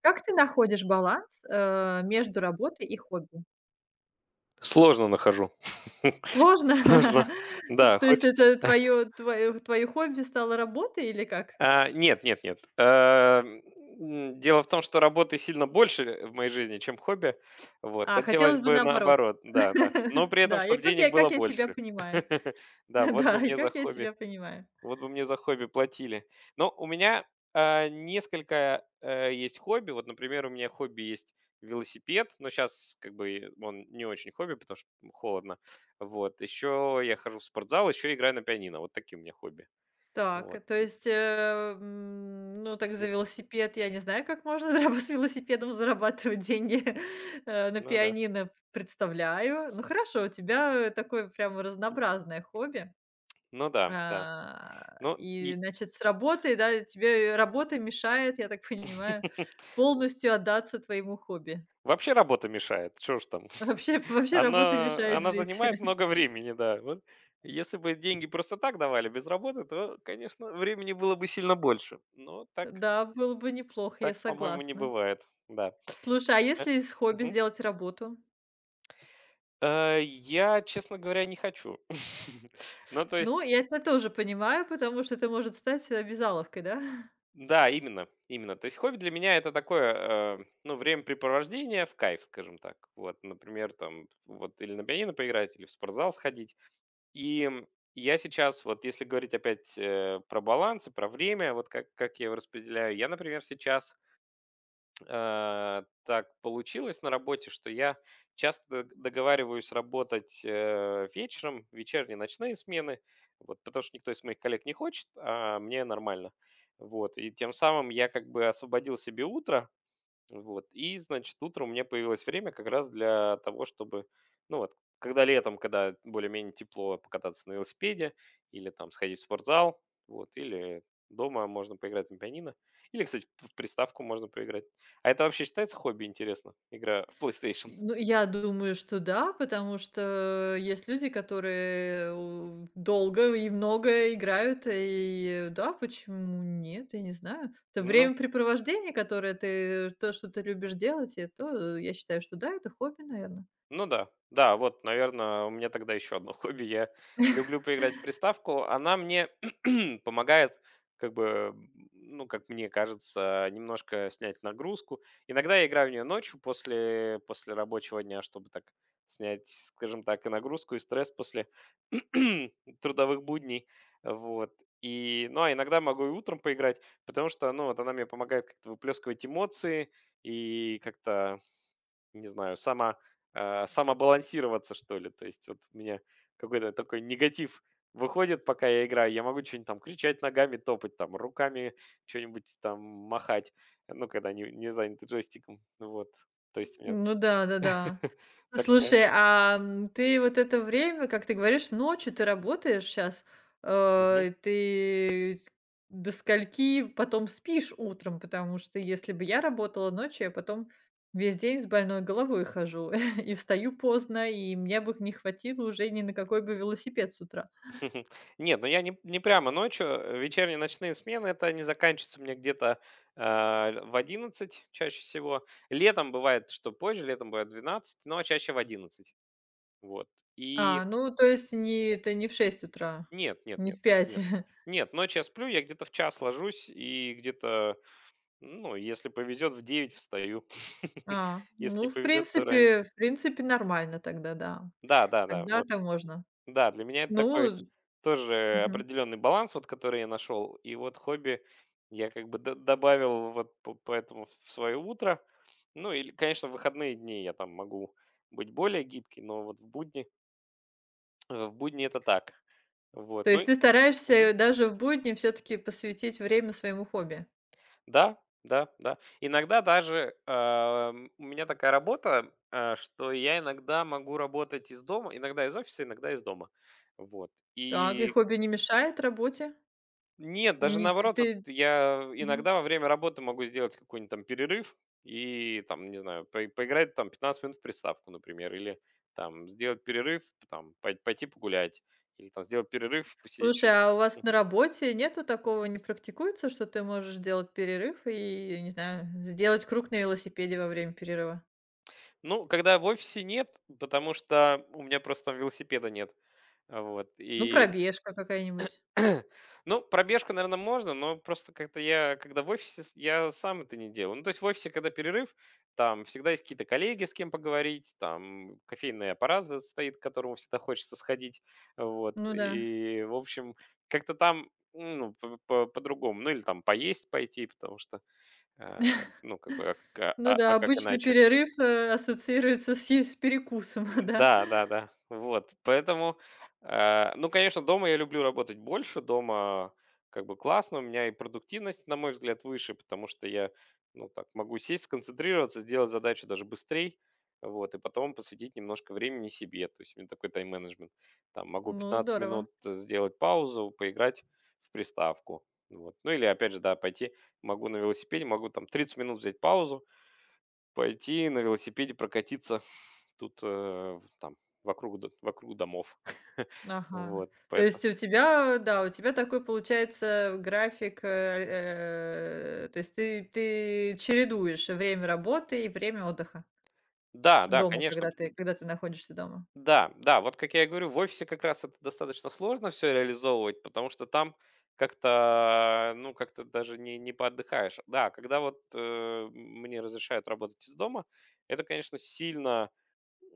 Как ты находишь баланс, между работой и хобби? Сложно нахожу. Сложно? Сложно. Да, То есть хочется. это твоё хобби стало работой или как? Нет, нет, нет. Дело в том, что работы сильно больше в моей жизни, чем хобби. Вот, А, хотелось хотелось бы бы наоборот. наоборот, да, да. Но при этом, Да, и чтобы как денег я было как я тебя больше. понимаю. Да, вот бы Да, и мне за как я хобби тебя понимаю. Вот бы мне за хобби платили. Но у меня несколько есть хобби. Вот, например, у меня хобби есть велосипед, но сейчас как бы он не очень хобби, потому что холодно. Вот. Еще я хожу в спортзал, еще играю на пианино. Вот такие у меня хобби. Так, Вот. э, то есть, э, м, ну, так за Не- велосипед я не знаю, как можно зараб с велосипедом зарабатывать деньги, на Ну да. пианино представляю. Ну, хорошо, у тебя, такое прямо разнообразное хобби. Ну да, да. А, Ну и, и значит, с работой, да, тебе работа мешает, я так понимаю, полностью отдаться твоему хобби. вообще работа мешает. Что ж там? Вообще вообще работа мешает она жить. занимает много времени, да. Вот. Если бы деньги просто так давали без работы, то, конечно, времени было бы сильно больше. Но так Да, было бы неплохо, я так, по-моему, не согласна. бывает, да. Слушай, а Э, если из хобби мгм. сделать работу? Я, честно говоря, не хочу. Ну, то есть, Ну, я это тоже понимаю, потому что это может стать обязаловкой, да? да, именно, именно. То есть хобби для меня это такое, ну, времяпрепровождение в кайф, скажем так. Вот, например, там, вот или на пианино поиграть, или в спортзал сходить. И я сейчас, вот если говорить опять про баланс и про время, вот как я его распределяю, я, например, сейчас так получилось на работе, что я часто договариваюсь работать, вечером, вечерние, ночные смены, вот, потому что никто из моих коллег не хочет, а мне нормально. Вот, и тем самым я как бы освободил себе утро, вот. И, значит, утром у меня появилось время как раз для того, чтобы, ну вот, когда летом, когда более-менее тепло, покататься на велосипеде или там сходить в спортзал, вот, или дома можно поиграть на пианино. Или, кстати, в приставку можно поиграть. А это вообще считается хобби, интересно? Игра в PlayStation? Ну, я думаю, что да, потому что есть люди, которые э, у долго и много играют, и да, почему нет, я не знаю. Это Ну, времяпрепровождение, которое ты то, что ты любишь делать, и это, я считаю, что да, это хобби, наверное. Ну да, да, вот, наверное, у меня тогда еще одно хобби. Я люблю поиграть в приставку. Она мне помогает, как бы, ну, как мне кажется, немножко снять нагрузку. Иногда я играю в нее ночью после, после рабочего дня, чтобы так снять, скажем так, и нагрузку, и стресс после трудовых будней. Вот. И, ну, а иногда могу и утром поиграть, потому что, ну, вот она мне помогает как-то выплескивать эмоции и как-то не знаю, самобалансироваться, что ли. То есть вот у меня какой-то такой негатив выходит, пока я играю. Я могу что-нибудь там кричать ногами, топать там, руками что-нибудь там махать, ну, когда не занят джойстиком. Ну вот. То есть у меня Ну да, да-да. такая... Слушай, а, ты вот это время, как ты говоришь, ночью ты работаешь сейчас, Мгм. ты до скольки потом спишь утром? Потому что если бы я работала ночью, я потом весь день с больной головой хожу и встаю поздно, и мне бы не хватило уже ни на какой бы велосипед с утра. Нет, ну я не прямо ночью. Вечерние ночные смены, это не заканчивается мне где-то в 11 чаще всего. Летом бывает, что позже, летом бывает в 12, но чаще в 11. Вот. И А, ну, то есть не это не в 6 утра, нет, нет, не нет, в пять. нет. Нет, ночь я сплю, я где-то в час ложусь и где-то, ну, если повезет, в 9 встаю. А, Если не ну, в повезет, то раньше. принципе в принципе, нормально тогда, да. Да, да, да, вот. Тогда-то можно. Да, для меня это такой Ну, тоже мгм. определенный баланс, вот который я нашел. И вот хобби я как бы добавил вот поэтому в свое утро. Ну, или, конечно, в выходные дни я там могу быть более гибкий, но вот в будни, в будни это так. Вот, То ну, есть ты стараешься даже в будни все таки посвятить время своему хобби? да, да, да. Иногда даже, у меня такая работа, что я иногда могу работать из дома, иногда из офиса, иногда из дома. Вот. Так, и И хобби не мешает работе? нет, даже Не те наоборот, вот ты я мгм. иногда во время работы могу сделать какой-нибудь там перерыв и там, не знаю, поиграть там 15 минут в приставку, например, или там сделать перерыв, там пойти погулять, или там сделать перерыв, посидеть Слушай, а у вас на что-нибудь. работе нету такого, не практикуется, что ты можешь сделать перерыв и, не знаю, сделать круг на велосипеде во время перерыва? Ну, когда в офисе нет, потому что у меня просто там велосипеда нет. А, вот. Ну, И, пробежка какая-нибудь. ну, пробежку, наверное, можно, но просто как-то я, когда в офисе, я сам это не делаю. Ну, то есть в офисе, когда перерыв, там всегда есть какие-то коллеги, с кем поговорить, там кофейный аппарат стоит, к которому всегда хочется сходить. Вот. Ну да. И, в общем, как-то там ну, по-другому. Ну, или там поесть пойти, потому что, э, ну, как бы, Ну да, а как обычно иначе? перерыв, ассоциируется с перекусом, да. Да, да, да. Вот, поэтому, ну, конечно, дома я люблю работать больше, дома как бы классно, у меня и продуктивность, на мой взгляд, выше, потому что я, ну, так, могу сесть, сконцентрироваться, сделать задачу даже быстрее, вот, и потом посвятить немножко времени себе, то есть у меня такой тайм-менеджмент. Там могу Ну, 15 здорово. минут сделать паузу, поиграть в приставку, вот. Ну, или, опять же, да, пойти, могу на велосипеде, могу там 30 минут взять паузу, пойти на велосипеде прокатиться тут, э, в там вокруг д вокруг домов. Ага. Вот, То поэтому есть у тебя, да, у тебя такой получается график, то есть ты чередуешь время работы и время отдыха да, да, дома, конечно. Когда ты находишься дома. Да, да, вот как я и говорю, в офисе как раз это достаточно сложно все реализовывать, потому что там как-то, ну, как-то даже не поотдыхаешь. Да, когда вот, мне разрешают работать из дома, это, конечно, сильно,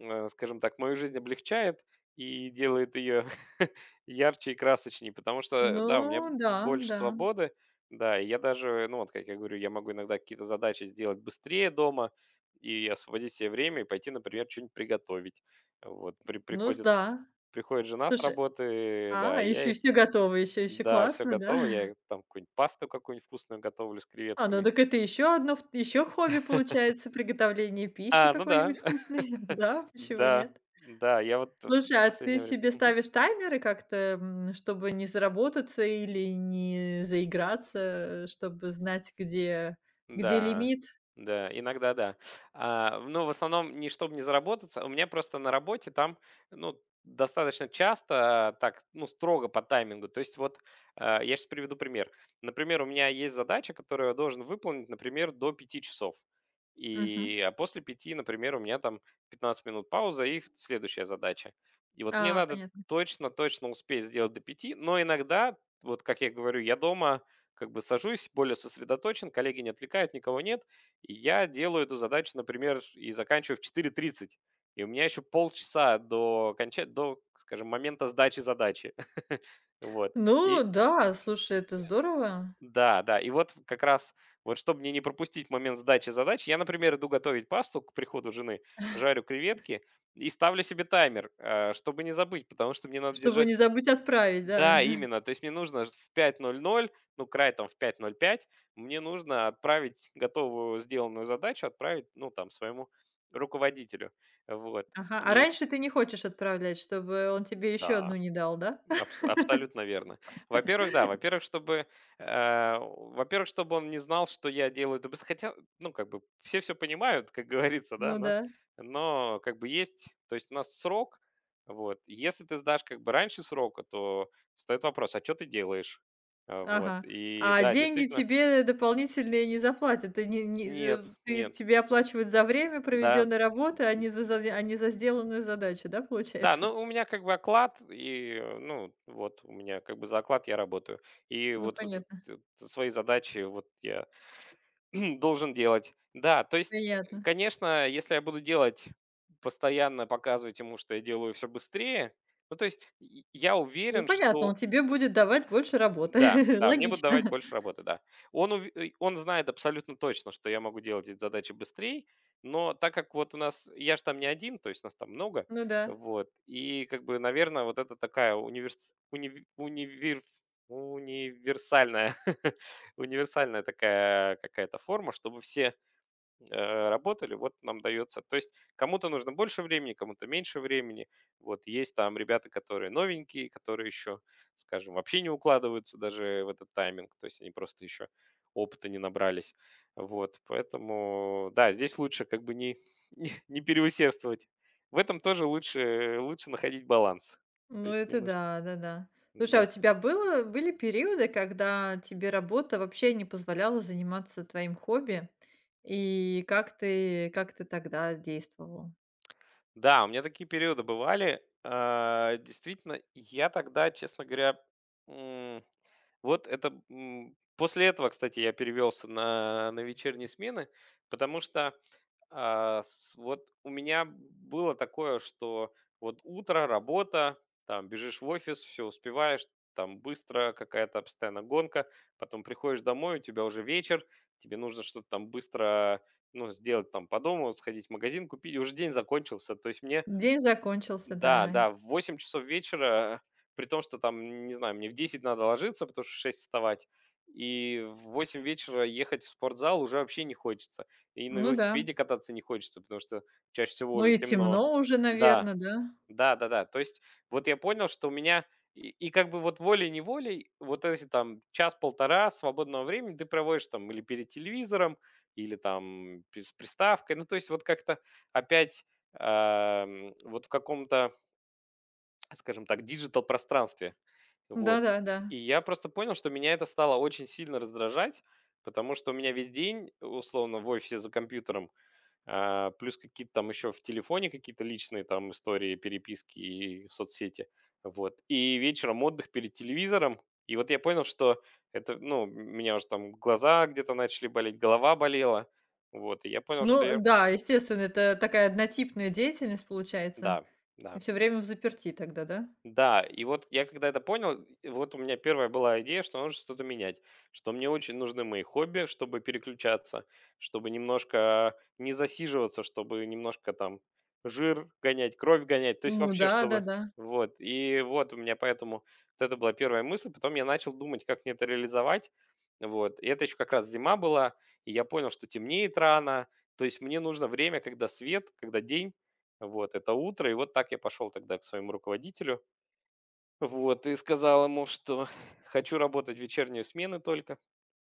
скажем так, мою жизнь облегчает и делает ее ярче и красочнее, потому что, да, у меня Ну да, больше да. свободы, да, и я даже, ну вот, как я говорю, я могу иногда какие-то задачи сделать быстрее дома и освободить себе время и пойти, например, что-нибудь приготовить. Вот, Ну с да. приходит жена с Слушай, работы, да, а, я еще ей, все готово, еще да, все классно, да? готово, я ей там какую-нибудь пасту какую-нибудь вкусную готовлю с А, ну креветками. так это еще одно, еще хобби получается, приготовление пищи А, ну да, какой-нибудь вкусной, да, почему да, нет? да, я вот в Слушай, а ты последнее время. себе ставишь таймеры как-то, чтобы не заработаться или не заиграться, чтобы знать, где Да, лимит? да, иногда да. А, но в основном не чтобы не заработаться. У меня просто на работе там, ну, достаточно часто так, ну, строго по таймингу. То есть вот, я сейчас приведу пример. Например, у меня есть задача, которую я должен выполнить, например, до 5 часов. Мгм. И после 5, например, у меня там 15 минут пауза и следующая задача. И вот мне А, надо понятно. точно-точно успеть сделать до 5. Но иногда, вот как я говорю, я дома как бы сажусь, более сосредоточен, коллеги не отвлекают, никого нет. И я делаю эту задачу, например, и заканчиваю в 4:30. И у меня еще полчаса до, до, скажем, момента сдачи задачи. Вот. Ну И да, слушай, это здорово, да, да. И вот как раз, вот чтобы мне не пропустить момент сдачи задачи, я, например, иду готовить пасту к приходу жены, жарю креветки и ставлю себе таймер, чтобы не забыть, потому что мне надо чтобы не держать, забыть отправить, да. да, именно. То есть мне нужно ж в 5:00, ну, край там в 5:05. Мне нужно отправить готовую сделанную задачу, отправить, ну, там, своему руководителю. Вот. Ага, а И раньше ты не хочешь отправлять, чтобы он тебе еще да. одну не дал, да? Абсолютно верно. Во-первых, да, во-первых, чтобы, во-первых, чтобы он не знал, что я делаю это без, хотя, ну, как бы все понимают, как говорится, да, Ну да. но как бы есть, то есть у нас срок, вот. Если ты сдашь как бы раньше срока, то встаёт вопрос: "А что ты делаешь?" Вот. Ага. И А да, деньги действительно тебе дополнительные не заплатят. Ты не не нет, з ты нет. тебе оплачивают за время Да, проведенной работы, а не за а не за сделанную задачу, да, да, получается? ну у меня как бы оклад и, ну, вот у меня как бы за оклад я работаю. И Ну, вот вот з т свои задачи вот я должен делать. Да, то есть, понятно. конечно, если я буду делать, постоянно показывать ему, что я делаю все быстрее, ну, то есть и я Ну, уверен, понятно, он что тебе будет давать больше да, работы. да, мне будут давать Логично. больше работы, да. Он ув и он знает абсолютно точно, что я могу делать эти задачи быстрее, но так как вот у нас я ж там не один, то есть нас там много, Ну да. вот, и как бы, наверное, вот это такая универсальная универсальная такая какая-то форма, чтобы все, работали, вот нам дается. То есть кому-то нужно больше времени, кому-то меньше времени. Вот есть там ребята, которые новенькие, которые еще, скажем, вообще не укладываются даже в этот тайминг, то есть они просто еще опыта не набрались. Вот, поэтому, да, здесь лучше как бы не, не переусердствовать. В этом тоже лучше, лучше находить баланс. То Ну, есть не это нужно, да, да-да. Слушай, а да. у тебя было были периоды, когда тебе работа вообще не позволяла заниматься твоим хобби? И как ты тогда действовал? Да, у меня такие периоды бывали. А, действительно, я тогда, честно говоря, м, после этого, кстати, я перевелся на вечерние смены, потому что, вот у меня было такое, что вот утро, работа, там бежишь в офис, все успеваешь, там быстро какая-то постоянно гонка, потом приходишь домой, у тебя уже вечер, тебе нужно что-то там быстро, ну, сделать там по дому, сходить в магазин, купить, и уже день закончился. То есть мне День закончился, да, да. да, в 8 часов вечера, при том, что там, не знаю, мне в 10 надо ложиться, потому что в 6 вставать, и в 8 вечера ехать в спортзал уже вообще не хочется. И на Ну да. велосипеде кататься не хочется, потому что чаще всего Ну уже и темно. темно уже, Да, наверное, да? да, да, да. То есть вот я понял, что у меня и как бы вот волей-неволей, вот эти там час-полтора свободного времени ты проводишь там или перед телевизором, или там с приставкой. Ну, то есть вот как-то опять, вот в каком-то, скажем так, диджитал-пространстве. Вот. Да-да-да. И я просто понял, что меня это стало очень сильно раздражать, потому что у меня весь день, условно, в офисе за компьютером, плюс какие-то там еще в телефоне какие-то личные там истории, переписки и соцсети. Вот. И вечером отдых перед телевизором. И вот я понял, что это, ну, у меня уже там глаза где-то начали болеть, голова болела. Вот. И я понял, что Ну я... да, естественно, это такая однотипная деятельность получается. Да, И да. все время взаперти тогда, да? Да, и вот я когда это понял, и вот у меня первая была идея, что нужно что-то менять, что мне очень нужны мои хобби, чтобы переключаться, чтобы немножко не засиживаться, чтобы немножко там жир гонять, кровь гонять, то есть Ну вообще чтобы... да-да-да. Вот, и вот у меня поэтому вот это была первая мысль, потом я начал думать, как мне это реализовать, вот, и это еще как раз зима была, и я понял, что темнеет рано, то есть мне нужно время, когда свет, когда день, вот, это утро, и вот так я пошел тогда к своему руководителю, вот, и сказал ему, что хочу работать в вечерние смены только.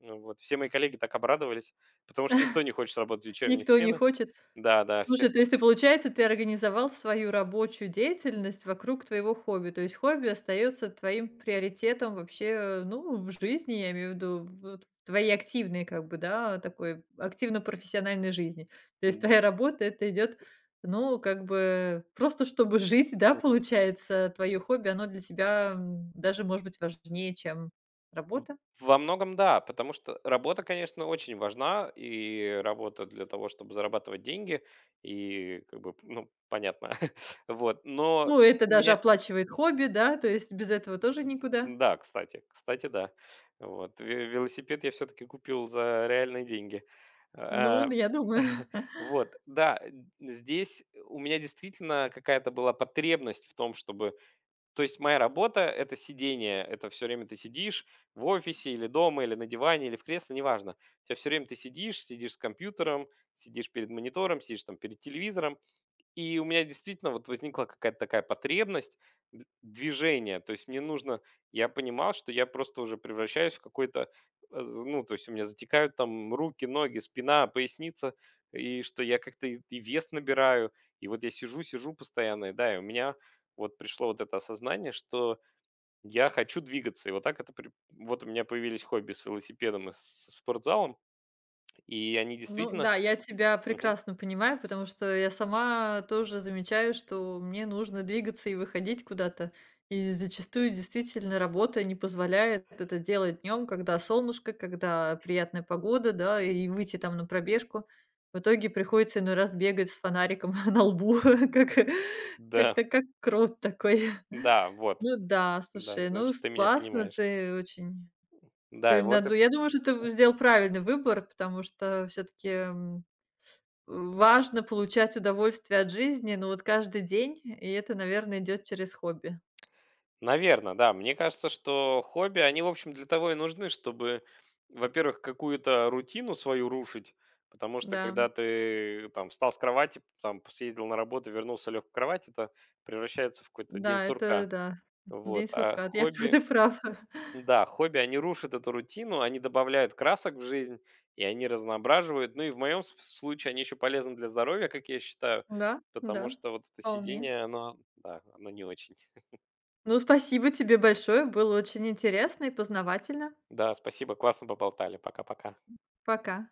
Ну вот, все мои коллеги так обрадовались, потому что никто не хочет работать в вечерние Никто не смены. хочет. Да, да, все. Слушай, то есть ты, получается, ты организовал свою рабочую деятельность вокруг твоего хобби. То есть хобби остается твоим приоритетом вообще, ну, в жизни, я имею в виду, вот в твоей активной, как бы, да, такой активно-профессиональной жизни. То есть М, твоя работа- это идет, ну, как бы просто чтобы жить, да, у получается, твое хобби, оно для тебя, даже, может быть, важнее, чем в работа. во многом да, потому что работа, конечно, очень важна, и работа для того, чтобы зарабатывать деньги, и как бы, ну, понятно. Вот, но Ну, это у даже меня оплачивает хобби, да, то есть без этого тоже никуда. да, кстати, кстати, да. Вот ве велосипед я все таки купил за реальные деньги. Ну, А, я думаю. вот, да, н здесь у меня действительно какая-то была потребность в том, чтобы, то есть моя работа- это сидение, это все время ты сидишь в офисе или дома, или на диване, или в кресле, неважно. У тебя все время ты сидишь, сидишь с компьютером, сидишь перед монитором, сидишь там перед телевизором. И у меня действительно вот возникла какая-то такая потребность движения. То есть мне нужно, я понимал, что я просто уже превращаюсь в какой-то, ну, то есть у меня затекают там руки, ноги, спина, поясница, и что я как-то и вес набираю. И вот я сижу, сижу постоянно, и да, и у меня вот пришло вот это осознание, что я хочу двигаться. И вот так это... Вот у меня появились хобби с велосипедом и с спортзалом, и они Ну действительно... да, я тебя Мгм. прекрасно понимаю, потому что я сама тоже замечаю, что мне нужно двигаться и выходить куда-то. И зачастую действительно работа не позволяет это делать днем, когда солнышко, когда приятная погода, да, и выйти там на пробежку. В итоге приходится иной раз бегать с фонариком на лбу, как, Да, как крот такой. да, вот. Ну да, Да, слушай, ну значит, ты меня классно понимаешь. ты очень Да, и ты вот наверное, наду я думаю, что ты сделал правильный выбор, потому что все таки важно получать удовольствие от жизни, но вот каждый день, и это, наверное, идет через хобби. да. Мне кажется, что хобби, они, в общем, для того и нужны, чтобы, во-первых, какую-то рутину свою рушить, потому что Да, когда ты там встал с кровати, там съездил на работу, вернулся, лег в кровать, это превращается в какой-то день да, сурка. это да. Вот, День а сурка. Я хобби ты прав. да, хобби, они рушат эту рутину, они добавляют красок в жизнь, и они разноображивают. Ну и в моем с случае они еще полезны для здоровья, как я считаю, Да, потому да, что вот это вполне. сидение, оно, да, оно не очень. Ну, спасибо тебе большое, было очень интересно и познавательно. Да, спасибо, классно поболтали. Пока-пока. Пока.